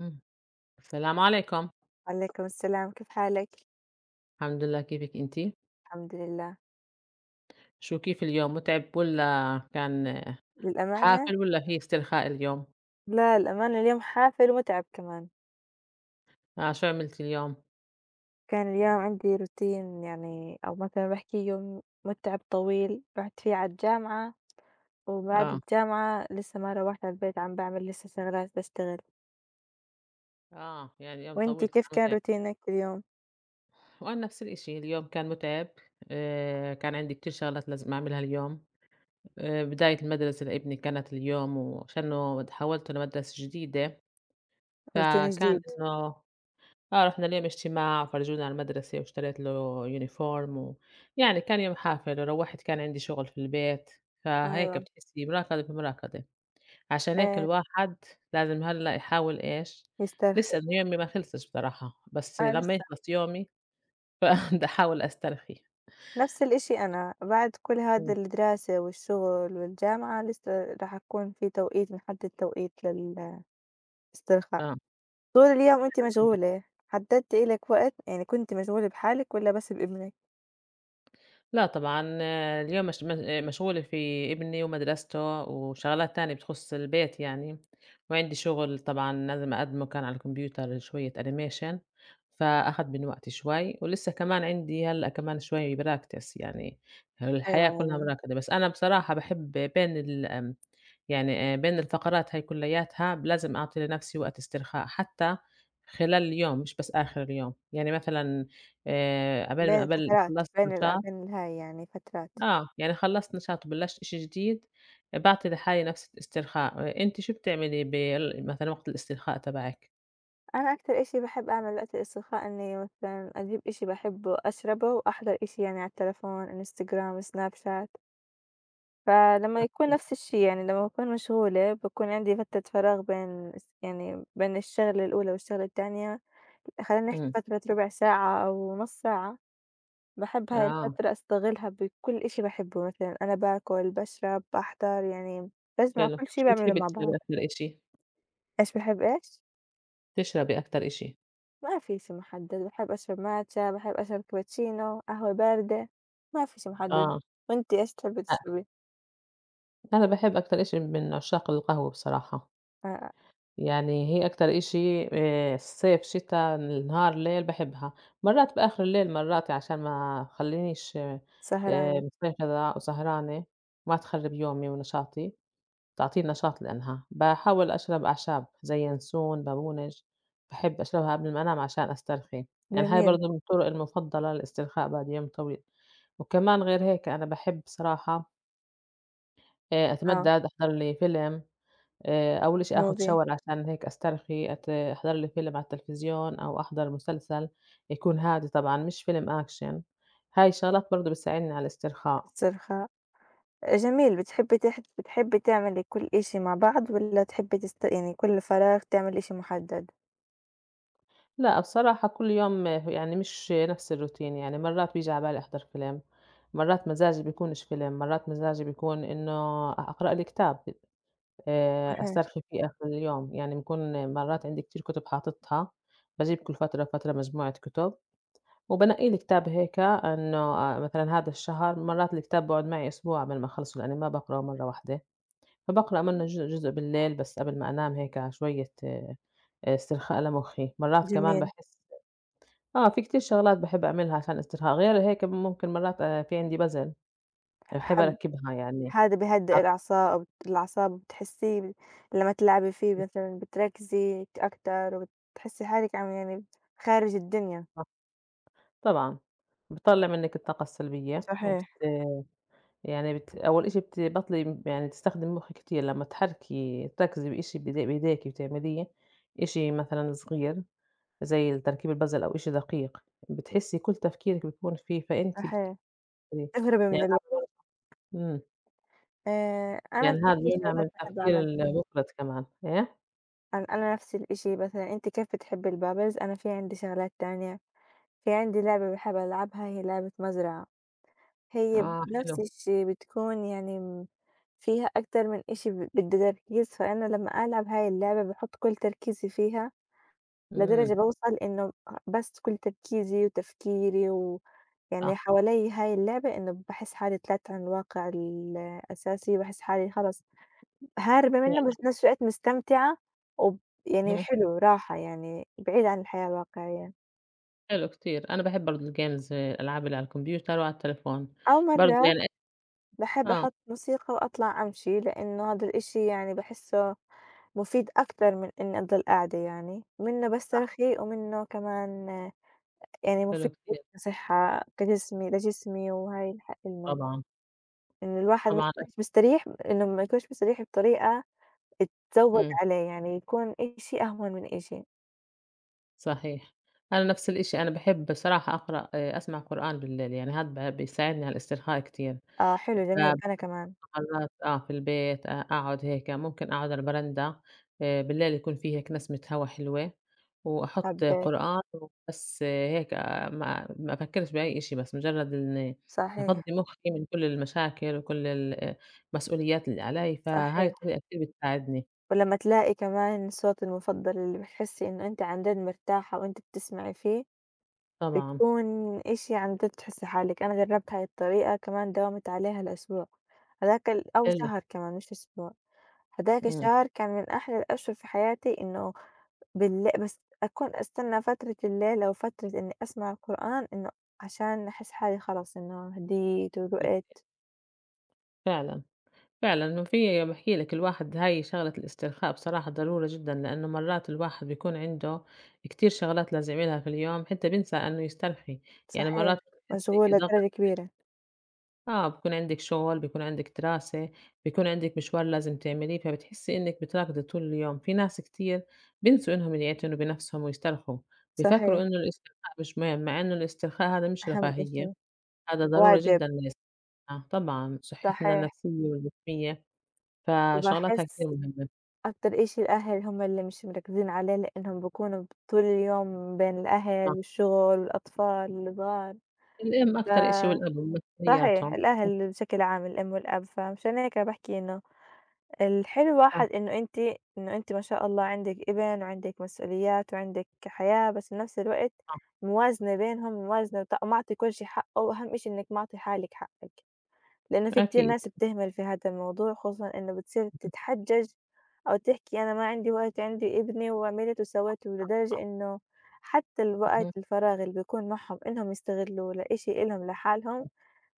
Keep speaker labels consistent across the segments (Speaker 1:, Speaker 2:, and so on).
Speaker 1: إمم. السلام عليكم.
Speaker 2: عليكم السلام، كيف حالِك؟
Speaker 1: الحمد لله، كيفِك أنتِ؟
Speaker 2: الحمد لله،
Speaker 1: شو كيف اليوم مُتعب والّا كان
Speaker 2: للأمانة
Speaker 1: حافل والّا في استرخاء اليوم؟
Speaker 2: لا للأمانة اليوم حافل ومُتعب كمان،
Speaker 1: شو عملتِ اليوم؟
Speaker 2: كان اليوم عندي روتين يعني أو مثلًا باحكي يوم مُتعب طويل، رُحت فيه على الجامعة، وبعد
Speaker 1: آه،
Speaker 2: الجامعة لسه ما روّحت على البيت عم باعمل لسه شغلات باشتغل،
Speaker 1: يعني يوم
Speaker 2: وأنتِ
Speaker 1: طويل كان
Speaker 2: كيف كان
Speaker 1: مُتعب.
Speaker 2: روتينِك اليوم؟
Speaker 1: وأنا نفس الإشي، اليوم كان مُتعب، كان عندي كتير شغلات لازم أعملها اليوم. بداية المدرسة لابني كانت اليوم وعشانه حوّلته لمدرسة جديدة،
Speaker 2: روتين
Speaker 1: فكان
Speaker 2: جديد،
Speaker 1: إنه رُحنا اليوم اجتماع وفرجونا على المدرسة واشتريت له يونيفورم و يعني كان يوم حافل، روّحت كان عندي شغل في البيت، فهيك
Speaker 2: أيوه،
Speaker 1: بتحسّي مراكضة بمراكضة، عشان هيك
Speaker 2: إيه
Speaker 1: الواحد لازم هلّأ يحاول إيش،
Speaker 2: يسترخي،
Speaker 1: لسه أنا يومي ما خلصش بصراحة، بس
Speaker 2: آه
Speaker 1: لمّا
Speaker 2: لسه،
Speaker 1: يخلص يومي فباحاول أسترخي.
Speaker 2: نفس الإشي أنا بعد كل هذا
Speaker 1: إمم،
Speaker 2: الدراسة والشغل والجامعة لسه راح أكون في توقيت محدد توقيت لل استرخاء.
Speaker 1: آه.
Speaker 2: طول اليوم أنتِ مشغولة، حددتِ إلِك وقت يعني كنتِ مشغولة بحالِك والّا بس بابنِك؟
Speaker 1: لأ طبعًا، آه، اليوم مش م مشغولة في ابني ومدرسته وشغلات تانية بتخُص البيت يعني، وعندي شغل طبعًا لازم أقدّمه كان على الكمبيوتر شوية animation فأخَد من وقتي شوي، ولسه كمان عندي هلأ كمان شوي practice يعني
Speaker 2: أيوه
Speaker 1: الحياة كلّها
Speaker 2: يعني
Speaker 1: مراكَدة، بس أنا بصراحة باحب بين ال آمم، بين الفقرات هاي كلّياتها لازم أعطي لنَفْسي وقت استرخاء، حتى خلال اليوم مش بس آخِر اليوم، يعني مثلًا عقبال ما
Speaker 2: بين
Speaker 1: عقبال
Speaker 2: الفترات،
Speaker 1: خلّصت نشاط
Speaker 2: بين الهاي يعني فترات.
Speaker 1: آه، يعني خلّصت نشاط وبلّشت إشي جديد، باعطي لحالي نفس الاسترخاء، أنتِ شو بتعملي بال مثلًا وقت الاسترخاء تبعِك؟
Speaker 2: أنا أكتر إشي باحب أعمل وقت الاسترخاء إني مثلًا أجيب إشي باحبه أشربه وأحضر إشي يعني على التلفون، إنستجرام، سناب شات، فلمّا يكون
Speaker 1: اهم،
Speaker 2: نفس الشي يعني لمّا باكون مشغولة باكون عندي فترة فراغ بين الس يعني بين الشغلة الأولى والشغلة التانية، خلّينا نحكي
Speaker 1: إمم.
Speaker 2: فترة ربع ساعة أو نص ساعة. باحب هاي
Speaker 1: آه،
Speaker 2: الفترة أستغلها بكل إشي باحبه، مثلًا أنا باكل، باشرب، باحضر، يعني باجمع
Speaker 1: حلو،
Speaker 2: كل شي
Speaker 1: شو
Speaker 2: باعمله
Speaker 1: بتحبي
Speaker 2: مع بعض.
Speaker 1: تشربي أكتر إشي؟
Speaker 2: إيش باحب إيش؟
Speaker 1: تشربي أكتر إشي،
Speaker 2: ما في إشي محدد، باحب أشرب ماتشا، باحب أشرب كابتشينو، قهوة باردة، ما في إشي محدد.
Speaker 1: آه،
Speaker 2: وأنتِ إيش بتحبي
Speaker 1: أ
Speaker 2: تشربي؟
Speaker 1: أنا باحب أكتر إشي من عشاق القهوة بصراحة،
Speaker 2: آآ
Speaker 1: يعني هي أكتر إشي، صيف، شتا، نهار، ليل باحبها، مرات بآخر الليل مرات عشان ما خلّينيش
Speaker 2: سهرانة،
Speaker 1: مستيقظة وسهرانة، ما تخرب يومي ونشاطي. بتعطيني نشاط لإنها. باحاول أشرب أعشاب زي ينسون، بابونج، باحب أشربها قبل ما أنام عشان أسترخي، يعني هاي
Speaker 2: جميل،
Speaker 1: برضه من الطرق المفضلة للاسترخاء بعد يوم طويل، وكمان غير هيك أنا باحب بصراحة
Speaker 2: آه،
Speaker 1: أتمدّد، أحضر لي فيلم، أول إشي آخُد
Speaker 2: movie،
Speaker 1: shower عشان هيك أسترخي، أحضر لي فيلم على التلفزيون أو أحضر مسلسل يكون هادي طبعًا مش فيلم action، هاي الشغلات برضه بتساعدني على الاسترخاء.
Speaker 2: استرخاء، جميل. بتحبي تعملي كل إشي مع بعض والّا تحبي تست يعني كل فراغ تعملي إشي محدد؟
Speaker 1: لأ بصراحة كل يوم يعني مش نفس الروتين، يعني مرات بييجي على بالي أحضر فيلم، مرات مزاجي بيكونش فيلم، مرات مزاجي بيكون إنه أقرأ لي كتاب،
Speaker 2: صحيح،
Speaker 1: أسترخي فيه آخر اليوم، يعني بيكون مرات عندي كتير كتب حاططها، باجيب كل فترة فترة مجموعة كتب، وبانقي لي كتاب هيك إنه مثلًا هذا الشهر مرات الكتاب بيقعد معي أسبوع قبل ما أخلصه، لإني ما باقراه مرة واحدة، فباقرأ منه جزء جزء بالليل بس قبل ما أنام هيك شوية استرخاء لمخي، مرات كمان
Speaker 2: جميل،
Speaker 1: باحس. في كتير شغلات باحب أعملها عشان استرخاء، غير هيك ممكن مرات في عندي puzzle
Speaker 2: ح
Speaker 1: باحب
Speaker 2: حب
Speaker 1: أركّبها يعني
Speaker 2: هذا بيهدّئ
Speaker 1: حاططها.
Speaker 2: الأعصاب بتحسّي لمّا تلعبي فيه مثلًا بتركزي أكتر وبتحسّي حالِك عم يعني خارج الدنيا.
Speaker 1: طبعًا، بتطلّع منِّك الطاقة السلبية وبت
Speaker 2: صحيح.
Speaker 1: يعني بت أول إشي بتبطلي يعني تستخدمي مُخِّك كتير لمّا تحركي تركزي بإشي بإيديكِ وتعمليه، إشي مثلًا صغير زي ال تركيب الpuzzle أو إشي دقيق، بتحسّي كل تفكيرِك بيكون فيه، فأنتِ بت
Speaker 2: صحيح.
Speaker 1: يعني
Speaker 2: تهربي من الوقت.
Speaker 1: إمم،
Speaker 2: أنا
Speaker 1: يعني
Speaker 2: في
Speaker 1: هذا
Speaker 2: كتير
Speaker 1: بيمنع من
Speaker 2: شغلات باحب
Speaker 1: التفكير
Speaker 2: أعملها.
Speaker 1: المُفرط كمان، إيه؟
Speaker 2: أنا نفس الإشي مثلًا أنتِ كيف بتحبّي البابلز، أنا في عندي شغلات تانية. في عندي لعبة باحب ألعبها هي لعبة مزرعة. هي
Speaker 1: آه حلو،
Speaker 2: بنفس الشي بتكون يعني فيها أكتر من إشي بدّي تركيز، فأنا لمّا ألعب هاي اللعبة باحُط كل تركيزي فيها لدرجة
Speaker 1: إمم،
Speaker 2: باوصل إنه بس كل تركيزي وتفكيري ويعني
Speaker 1: آه.
Speaker 2: حوالي هاي اللعبة إنه باحس حالي طلعت عن الواقع الأساسي، باحس حالي خلص هاربة منه بس
Speaker 1: فعلًا،
Speaker 2: بنفس الوقت مستمتعة وب يعني
Speaker 1: اهم،
Speaker 2: حلو راحة يعني بعيد عن الحياة الواقعية،
Speaker 1: حلو كتير، أنا باحب برضه الgames الألعاب اللي على الكمبيوتر وعلى التليفون،
Speaker 2: أو
Speaker 1: برضه
Speaker 2: مرات
Speaker 1: يعني
Speaker 2: باحب
Speaker 1: آه،
Speaker 2: أحط موسيقى وأطلع أمشي لإنه هذا الإشي يعني باحسه مفيد أكتر من إني أضل قاعدة يعني، منه
Speaker 1: صح،
Speaker 2: بسترخي ومنه كمان يعني
Speaker 1: حلو
Speaker 2: مفيد
Speaker 1: كتير،
Speaker 2: جدًا صحة كجسمي ده جسمي وهاي لحق النوم،
Speaker 1: طبعًا،
Speaker 2: إن الواحد ما
Speaker 1: طبعًا
Speaker 2: يكونش مستريح إنه ما يكونش مستريح بطريقة تزوّد
Speaker 1: إمم،
Speaker 2: عليه، يعني يكون إشي أهون من إشي،
Speaker 1: صحيح، أنا نفس الإشي، أنا باحب بصراحة أقرأ. أسمع قرآن بالليل، يعني هاد بيساعدني على الاسترخاء كتير،
Speaker 2: آه حلو
Speaker 1: ف
Speaker 2: جميل أنا كمان
Speaker 1: خلاص آه، في البيت أقعد هيك ممكن أقعد على البرندا، بالليل يكون في هيك نسمة هوا حلوة، وأحط
Speaker 2: حبيت،
Speaker 1: قرآن وبس هيك آه ما أفكّرش بأي إشي بس مجرّد إني
Speaker 2: صحيح،
Speaker 1: أفضّي مُخّي من كل المشاكل وكل ال المسؤوليات اللي علي، فهاي
Speaker 2: صحيح،
Speaker 1: الطريقة كتير بتساعدني.
Speaker 2: ولمّا تلاقي كمان الصوت المفضل اللي بتحسي إنه أنتِ عن جد مرتاحة وأنتِ بتسمعي فيه،
Speaker 1: طبعًا،
Speaker 2: بيكون إشي عن جد تحسي حالِك، أنا جرّبت هاي الطريقة كمان داومت عليها لأسبوع، هذاك ال أو
Speaker 1: حلو،
Speaker 2: شهر كمان مش أسبوع. هدايا
Speaker 1: إمم،
Speaker 2: كشهر كان من أحلى الأشهر في حياتي إنه بس أكون أستنى فترة الليل أو فترة إني أسمع القرآن إنه عشان أحس حالي خلاص إنه هديت وروقت،
Speaker 1: فعلًا. فعلًا وفي باحكي لك الواحد هاي شغلة الاسترخاء بصراحة ضرورة جدًا، لإنه مرات الواحد بيكون عنده كتير شغلات لازم يعملها في اليوم، حتى بينسى إنه يسترخي، يعني مرات
Speaker 2: صحيح،
Speaker 1: بتحسي في
Speaker 2: مشغولة
Speaker 1: ضغط
Speaker 2: لدرجة كبيرة،
Speaker 1: آه، بيكون عندِك شغل، بيكون عندِك دراسة، بيكون عندِك مشوار لازم تعمليه، فبتحسي إنِك بتراكضي طول اليوم، في ناس كتير بينسوا إنهم يعتنوا بنفسهم ويسترخوا،
Speaker 2: صحيح،
Speaker 1: بيفكروا إنه الاسترخاء مش مهم، مع إنه الاسترخاء هذا مش
Speaker 2: أهم
Speaker 1: رفاهية،
Speaker 2: إشي،
Speaker 1: هذا ضرورة
Speaker 2: واجب،
Speaker 1: جدًا لصحة طبعًا صحتنا
Speaker 2: صحيح،
Speaker 1: النفسية والجسمية. فشغلاتها كتير
Speaker 2: وباحس
Speaker 1: مهمة،
Speaker 2: أكتر إشي الأهل هم اللي مش مركزين عليه لإنهم بيكونوا طول اليوم بين الأهل
Speaker 1: صح،
Speaker 2: والشغل والأطفال الصغار،
Speaker 1: الأم
Speaker 2: ف
Speaker 1: أكتر إشي والأب
Speaker 2: صحيح
Speaker 1: ومسؤولياتهم،
Speaker 2: الأهل بشكل عام الأم والأب، فمشان هيك باحكي إنه الحلو
Speaker 1: صح،
Speaker 2: واحد إنه أنتِ ما شاء الله عندِك ابن وعندِك مسؤوليات وعندِك حياة، بس بنفس الوقت
Speaker 1: صح،
Speaker 2: موازنة بينهم، موازنة معطي كل شي حقه، وأهم إشي إنِك معطي حالِك حقِك، لإنه في كتير
Speaker 1: أكيد،
Speaker 2: ناس بتهمل في هذا الموضوع، خصوصًا إنه بتصير تتحجج أو تحكي أنا ما عندي وقت، عندي ابني وعملت وسويت، ولدرجة إنه حتى الوقت
Speaker 1: اهم،
Speaker 2: الفراغ اللي بيكون معهم إنهم يستغلوه لإشي إلهم لحالهم،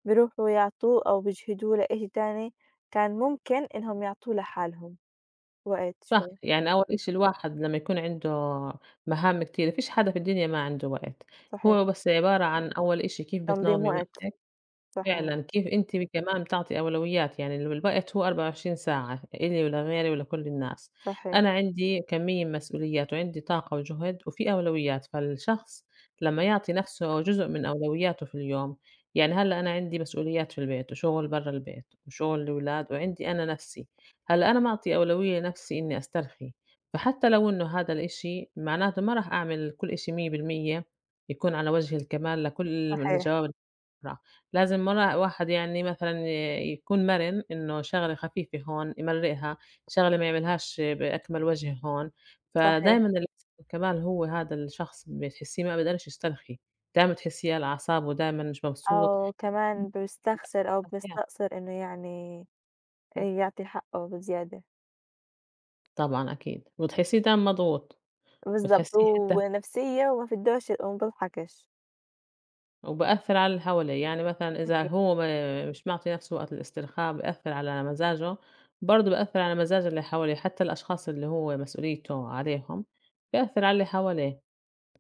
Speaker 2: بيروحوا يعطوه أو بيجهدوه لإشي تاني كان ممكن إنهم يعطوه لحالهم. وقت
Speaker 1: صح،
Speaker 2: شوية،
Speaker 1: يعني أول إشي الواحد لمّا يكون عنده مهام كتير فيش حدا في الدنيا ما عنده وقت،
Speaker 2: صحيح،
Speaker 1: هو بس عبارة عن أول إشي كيف
Speaker 2: تنظيم
Speaker 1: بتنظمي
Speaker 2: وقت،
Speaker 1: وقتِك
Speaker 2: صحيح،
Speaker 1: فعلًا، كيف أنتِ كمان بتعطي أولويات، يعني ال الوقت هو 24 ساعة، إلي ولغيري ولكل الناس.
Speaker 2: صحيح،
Speaker 1: أنا عندي كمية من مسؤوليات وعندي طاقة وجهد وفي أولويات، فالشخص لمّا يعطي نفسه جزء من أولوياته في اليوم، يعني هلأ أنا عندي مسؤوليات في البيت وشغل برّا البيت وشغل الولاد وعندي أنا نفسي، هلأ أنا معطية أولوية لنفسي إني أسترخي، فحتى لو إنه هذا الإشي معناته ما راح أعمل كل إشي 100% يكون على وجه الكمال لكل
Speaker 2: صحيح،
Speaker 1: الجواب لازم مرّة واحد يعني مثلًا يكون مَرِن إنه شغلة خفيفة هون يمرّقها، شغلة ما يعملهاش بأكمل وجه هون،
Speaker 2: صحيح،
Speaker 1: فدايمًا اللي بيكسب الكمال هو هذا الشخص بتحسّيه ما بيقدرش يسترخي، دايمًا بتحسّيه على أعصابه، دايمًا مش مبسوط.
Speaker 2: أو كمان بيستخسر أو بيستقصر إنه يعني
Speaker 1: إمم.
Speaker 2: يعطي حقه بزيادة،
Speaker 1: طبعًا أكيد، وتحسّيه دايمًا مضغوط،
Speaker 2: بالضبط،
Speaker 1: بتحسّيه حتى
Speaker 2: ونفسية وما فدّوش وما بيضحكش،
Speaker 1: وبأثّر على اللي حواليه، يعني مثلًا إذا
Speaker 2: أكيد،
Speaker 1: هو ما مش معطي نَفْسه وقت الاسترخاء بأثّر على مزاجه، برضه بأثّر على مزاج اللي حواليه، حتى الأشخاص اللي هو مسؤوليته عليهم بأثّر على اللي حواليه.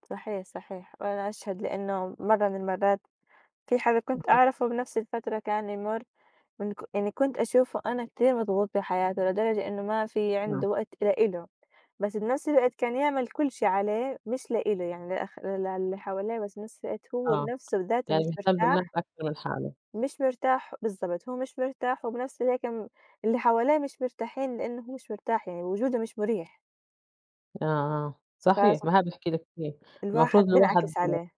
Speaker 2: صحيح، صحيح، وأنا أشهد لإنه مرّة من المرّات في حدا كنت أعرفه بنفس الفترة كان يمُر من ك يعني كنت أشوفه أنا كتير مضغوط بحياته لدرجة إنه ما في
Speaker 1: اهم.
Speaker 2: عنده وقت لإله. بس بنفس الوقت كان يعمل كل شي عليه مش لإله، يعني للي حواليه، بس بنفس الوقت
Speaker 1: آه،
Speaker 2: هو
Speaker 1: آه،
Speaker 2: بنفسه بذاته
Speaker 1: يعني
Speaker 2: مش
Speaker 1: بيهتم
Speaker 2: مرتاح،
Speaker 1: بالناس أكتر من حاله.
Speaker 2: مش مرتاح بالضبط، هو مش مرتاح وبنفس الوقت اللي حواليه مش مرتاحين لإنه هو مش مرتاح، يعني وجوده مش مريح،
Speaker 1: صحيح،
Speaker 2: فسب
Speaker 1: ما هذا باحكي لِك فيه،
Speaker 2: الواحد
Speaker 1: المفروض الواحد
Speaker 2: بينعكس عليه،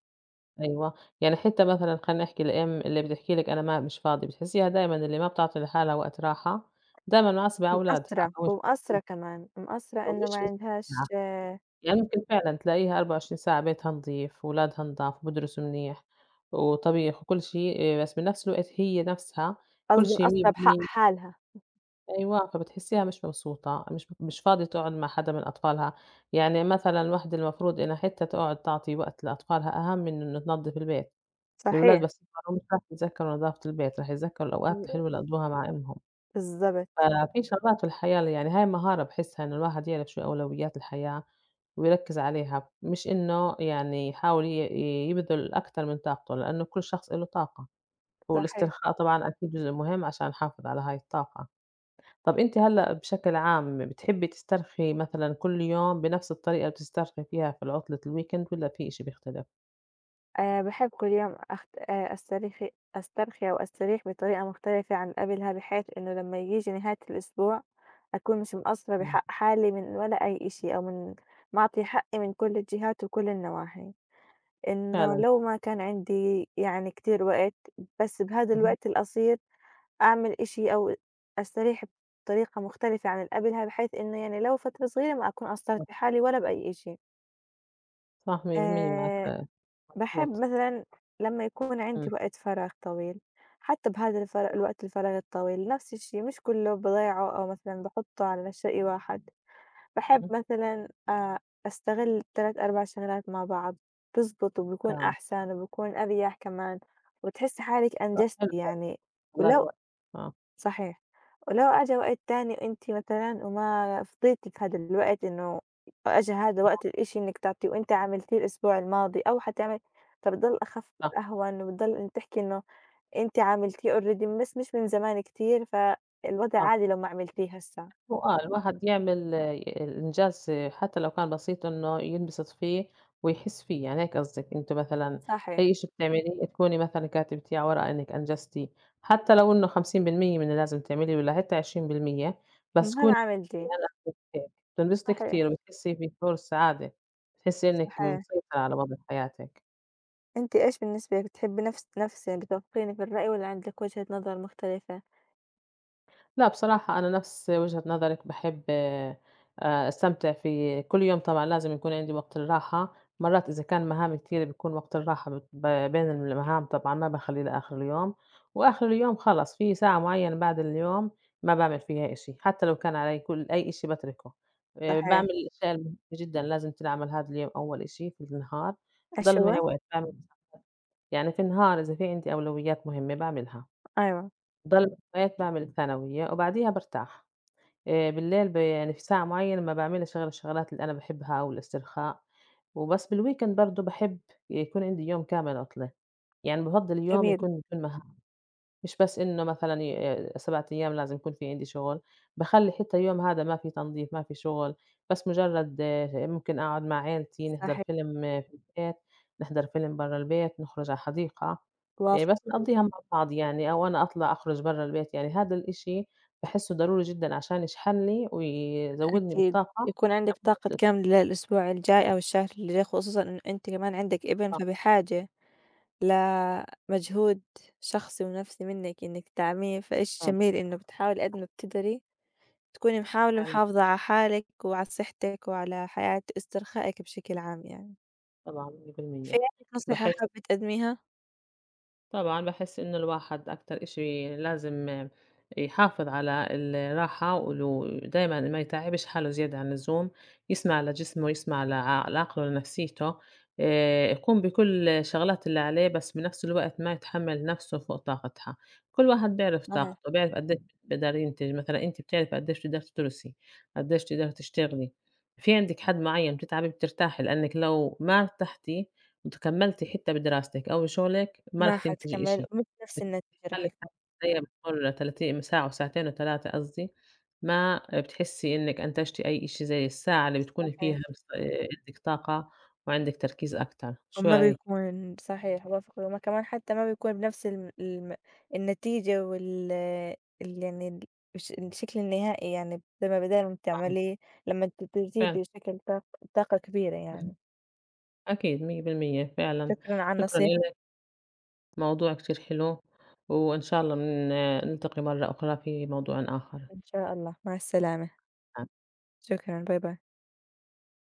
Speaker 1: أيوه، يعني حتى مثلًا خلّيني أحكي الأم اللي بتحكي لِك أنا ما مش فاضي، بتحسّيها دايمًا اللي ما بتعطي لحالها وقت راحة دايمًا معصبة على أولادها
Speaker 2: مقصّرة
Speaker 1: أو مش
Speaker 2: ومقصّرة
Speaker 1: موجودة
Speaker 2: كمان، مقصّرة إنه
Speaker 1: ومش
Speaker 2: ما عندهاش
Speaker 1: مستمتعة. يعني ممكن فعلًا تلاقيها 24 ساعة بيتها نضيف، ولادها نضاف، وبيدرسوا منيح، وطبيخ وكل شيء، إيه، بس بنفس الوقت هي نفسها كل
Speaker 2: قصدي
Speaker 1: شيء
Speaker 2: مقصّرة بحق
Speaker 1: 100%
Speaker 2: حالها،
Speaker 1: أيوه، فبتحسيها مش مبسوطة، مش فاضية تقعد مع حدا من أطفالها، يعني مثلًا الوحدة المفروض إنها حتى تقعد تعطي وقت لأطفالها أهم من إنه تنضف البيت، الولاد
Speaker 2: صحيح،
Speaker 1: بس يكبروا مش راح يتذكروا نضافة البيت، راح يتذكروا الأوقات الحلوة اللي قضوها مع أمهم.
Speaker 2: بالضبط،
Speaker 1: ففي شغلات في الحياة ل يعني هاي مهارة باحسها إنه الواحد يعرف شو أولويات الحياة، ويركّز عليها، مش إنه يعني يحاول ي ي يبذل أكتر من طاقته، لإنه كل شخص إله طاقة،
Speaker 2: صحيح.
Speaker 1: والاسترخاء طبعًا أكيد جزء مهم عشان نحافظ على هاي الطاقة. طَب أنتِ هلأ بشكل عام بتحبّي تسترخي مثلًا كل يوم بنفس الطريقة اللي بتسترخي فيها في العطلة الweekend والّا في إشي بيختلف؟
Speaker 2: باحب كل يوم أخت أسترخي أو أستريح بطريقة مختلفة عن قبلها، بحيث إنه لمّا ييجي نهاية الأسبوع أكون مش مقصّرة
Speaker 1: إمم،
Speaker 2: بحق حالي من ولا أي شيء، أو من معطية حقي من كل الجهات وكل النواحي، إنه
Speaker 1: فعلًا،
Speaker 2: لو ما كان عندي يعني كتير وقت، بس بهذا
Speaker 1: اهم،
Speaker 2: الوقت القصير أعمل إشي أو أستريح بطريقة مختلفة عن اللي قبلها، بحيث إنه يعني لو فترة صغيرة ما أكون قصّرت
Speaker 1: صح،
Speaker 2: بحالي ولا بأي إشي.
Speaker 1: صح 100%
Speaker 2: آآ
Speaker 1: معاك
Speaker 2: باحب
Speaker 1: مضبوط،
Speaker 2: مثلًا لمّا يكون عندي
Speaker 1: إمم،
Speaker 2: وقت فراغ طويل، حتى بهذا
Speaker 1: صح،
Speaker 2: الوقت الفراغ الطويل نفس الشي مش كله باضيعه أو مثلًا باحطه على شيء واحد، باحب
Speaker 1: اهم،
Speaker 2: مثلًا أستغل 3، 4 شغلات مع بعض، بيزبط وبيكون
Speaker 1: آه،
Speaker 2: أحسن وبيكون أريح كمان، وبتحسّي حالِك
Speaker 1: صح
Speaker 2: أنجزتِ
Speaker 1: حلو فعلًا،
Speaker 2: يعني،
Speaker 1: لا
Speaker 2: ولو
Speaker 1: الوقت، آه،
Speaker 2: صحيح، ولو أجا وقت تاني أنتِ مثلًا وما فضيتِ في هادا الوقت إنه أجا هادا وقت الإشي إنِّك تعطيه وأنتِ عملتيه الأسبوع الماضي أو حتعمل فبتضل أخف
Speaker 1: صح،
Speaker 2: أهون وبتضل إن تحكي إنه أنتِ عملتيه already بس مش من زمان كتير فالوضع
Speaker 1: صح.
Speaker 2: عادي لو ما عملتيه هسّه،
Speaker 1: الواحد يعمل إنجاز حتى لو كان بسيط إنه ينبسط فيه ويحس فيه، يعني هيك قصدِك أنتِ مثلًا أي
Speaker 2: صحيح،
Speaker 1: إشي بتعمليه تكوني مثلًا كاتبتيه على ورقة إنِّك أنجزتيه، حتى لو إنه 50% من اللي لازم تعمليه والّا حتى 20% بس
Speaker 2: المهم
Speaker 1: تكوني
Speaker 2: عملتيه،
Speaker 1: أنا عملت هيك بتنبسطي
Speaker 2: صحيح،
Speaker 1: كتير وبتحسي بشعور السعادة، بتحسي إنِّك
Speaker 2: صحيح،
Speaker 1: مسيطرة على وضع حياتِك.
Speaker 2: أنتِ إيش بالنسبة لِك بتحبي نفسِك بتوافقيني في الرأي والّا عندِك وجهة نظر مختلفة؟
Speaker 1: لأ بصراحة أنا نفس وجهة نظرِك، باحب أستمتع في كل يوم طبعًا لازم يكون عندي وقت الراحة، مرات إذا كان مهام كتير بيكون وقت الراحة بت ب بين المهام طبعًا ما باخلّيه لآخر اليوم، وآخر اليوم خلص في ساعة معيّنة بعد اليوم ما باعمل فيها إشي، حتى لو كان علي كل أي إشي باتركه،
Speaker 2: صحيح،
Speaker 1: باعمل الأشياء المهمة جدًا لازم تنعمل هذا اليوم أول إشي في النهار،
Speaker 2: إيش
Speaker 1: ضل معي
Speaker 2: هو؟
Speaker 1: وقت باعمل يعني في النهار إذا في عندي أولويات مهمة باعملها،
Speaker 2: أيوه،
Speaker 1: ضل معي وقت باعمل الثانوية وبعديها بارتاح. بالليل يعني في ساعة معيّنة ما باعملش غير الشغلات اللي أنا باحبها أو الاسترخاء، وبس بالweekend برضه باحب يكون عندي يوم كامل عُطلة، يعني بافضّل يوم
Speaker 2: جميل،
Speaker 1: يكون بدون مها مش بس إنه مثلًا 7 أيام لازم يكون في عندي شغل، باخلّي حتى يوم هذا ما في تنظيف، ما في شغل، بس مجرد ممكن أقعد مع عيلتي، نحضر
Speaker 2: صحيح،
Speaker 1: فيلم في البيت، نحضر فيلم برّا البيت، نخرج على حديقة، بس
Speaker 2: وافقة.
Speaker 1: نقضّيها مع بعض يعني أو أنا أطلع أخرج برّا البيت، يعني هذا الإشي باحسّه ضروري جدًا عشان يشحن لي ويزوّدني
Speaker 2: أكيد،
Speaker 1: بالطاقة
Speaker 2: يكون عندِك طاقة
Speaker 1: لمدة
Speaker 2: كاملة للأسبوع الجاي أو الشهر اللي جاي، خصوصًا إنه أنتِ كمان عندك ابن،
Speaker 1: الأسبوع،
Speaker 2: فبحاجة لمجهود شخصي ونفسي منِك إنِك تدعميه، فإشي
Speaker 1: طبعًا،
Speaker 2: جميل إنه بتحاولي قد ما بتقدري تكوني محاولة
Speaker 1: فعلًا،
Speaker 2: محافظة على حالِك وعلى صحتِك وعلى حياة استرخائِك بشكل عام يعني.
Speaker 1: طبعًا
Speaker 2: في
Speaker 1: 100%
Speaker 2: عندِك نصيحة
Speaker 1: باحس
Speaker 2: حابة تقدميها؟
Speaker 1: طبعًا باحس إنه الواحد أكتر إشي لازم يحافظ على الراحة وإنه دايمًا ما يتعبش حاله زيادة عن اللزوم، يسمع لجسمه، يسمع لعقله، لنفسيته، يقوم بكل الشغلات اللي عليه بس بنفس الوقت ما يتحمّل نفسه فوق طاقتها، كل واحد بيعرف
Speaker 2: صحيح.
Speaker 1: طاقته، بيعرف قديش بيقدر ينتج، مثلًا أنتِ بتعرفي قديش بتقدري تدرسي، قديش بتقدري تشتغلي، في عندِك حد معين بتتعبي بترتاحي، لأنِك لو ما ارتحتِ أنتِ كمّلتِ حتّة بدراستِك، أوي شغلِك ما
Speaker 2: ما
Speaker 1: رح تنتجي
Speaker 2: حتكمّلي
Speaker 1: إشي،
Speaker 2: ومش نفس النتيجة رح
Speaker 1: خلِّك
Speaker 2: يكون،
Speaker 1: زي ما بتقول تلاتي ساعة وساعتين و3 قصدي، ما بتحسّي إنِّك أنتجتِ أي إشي زي الساعة اللي بتكوني
Speaker 2: صحيح.
Speaker 1: فيها بس عندِك طاقة وعندِك تركيز أكتر، شو
Speaker 2: ما
Speaker 1: رأيِك؟
Speaker 2: بيكون صحيح، باوافقِك، وما كمان حتى ما بيكون بنفس الم الم النتيجة وال ال يعني ال الش الشكل النهائي يعني زي ما بدال ما
Speaker 1: آه،
Speaker 2: بتعمليه لمّا بتيجي
Speaker 1: فعلًا،
Speaker 2: بشكل طاقة كبيرة
Speaker 1: اهم،
Speaker 2: يعني.
Speaker 1: أكيد 100% فعلًا،
Speaker 2: شكرًا على
Speaker 1: شكرًا
Speaker 2: النصيحة
Speaker 1: إلِك، موضوع كتير حلو، وإن شاء الله من نلتقي مرّة أخرى في موضوع آخر.
Speaker 2: إن شاء الله، مع السلامة، شكرًا، باي باي.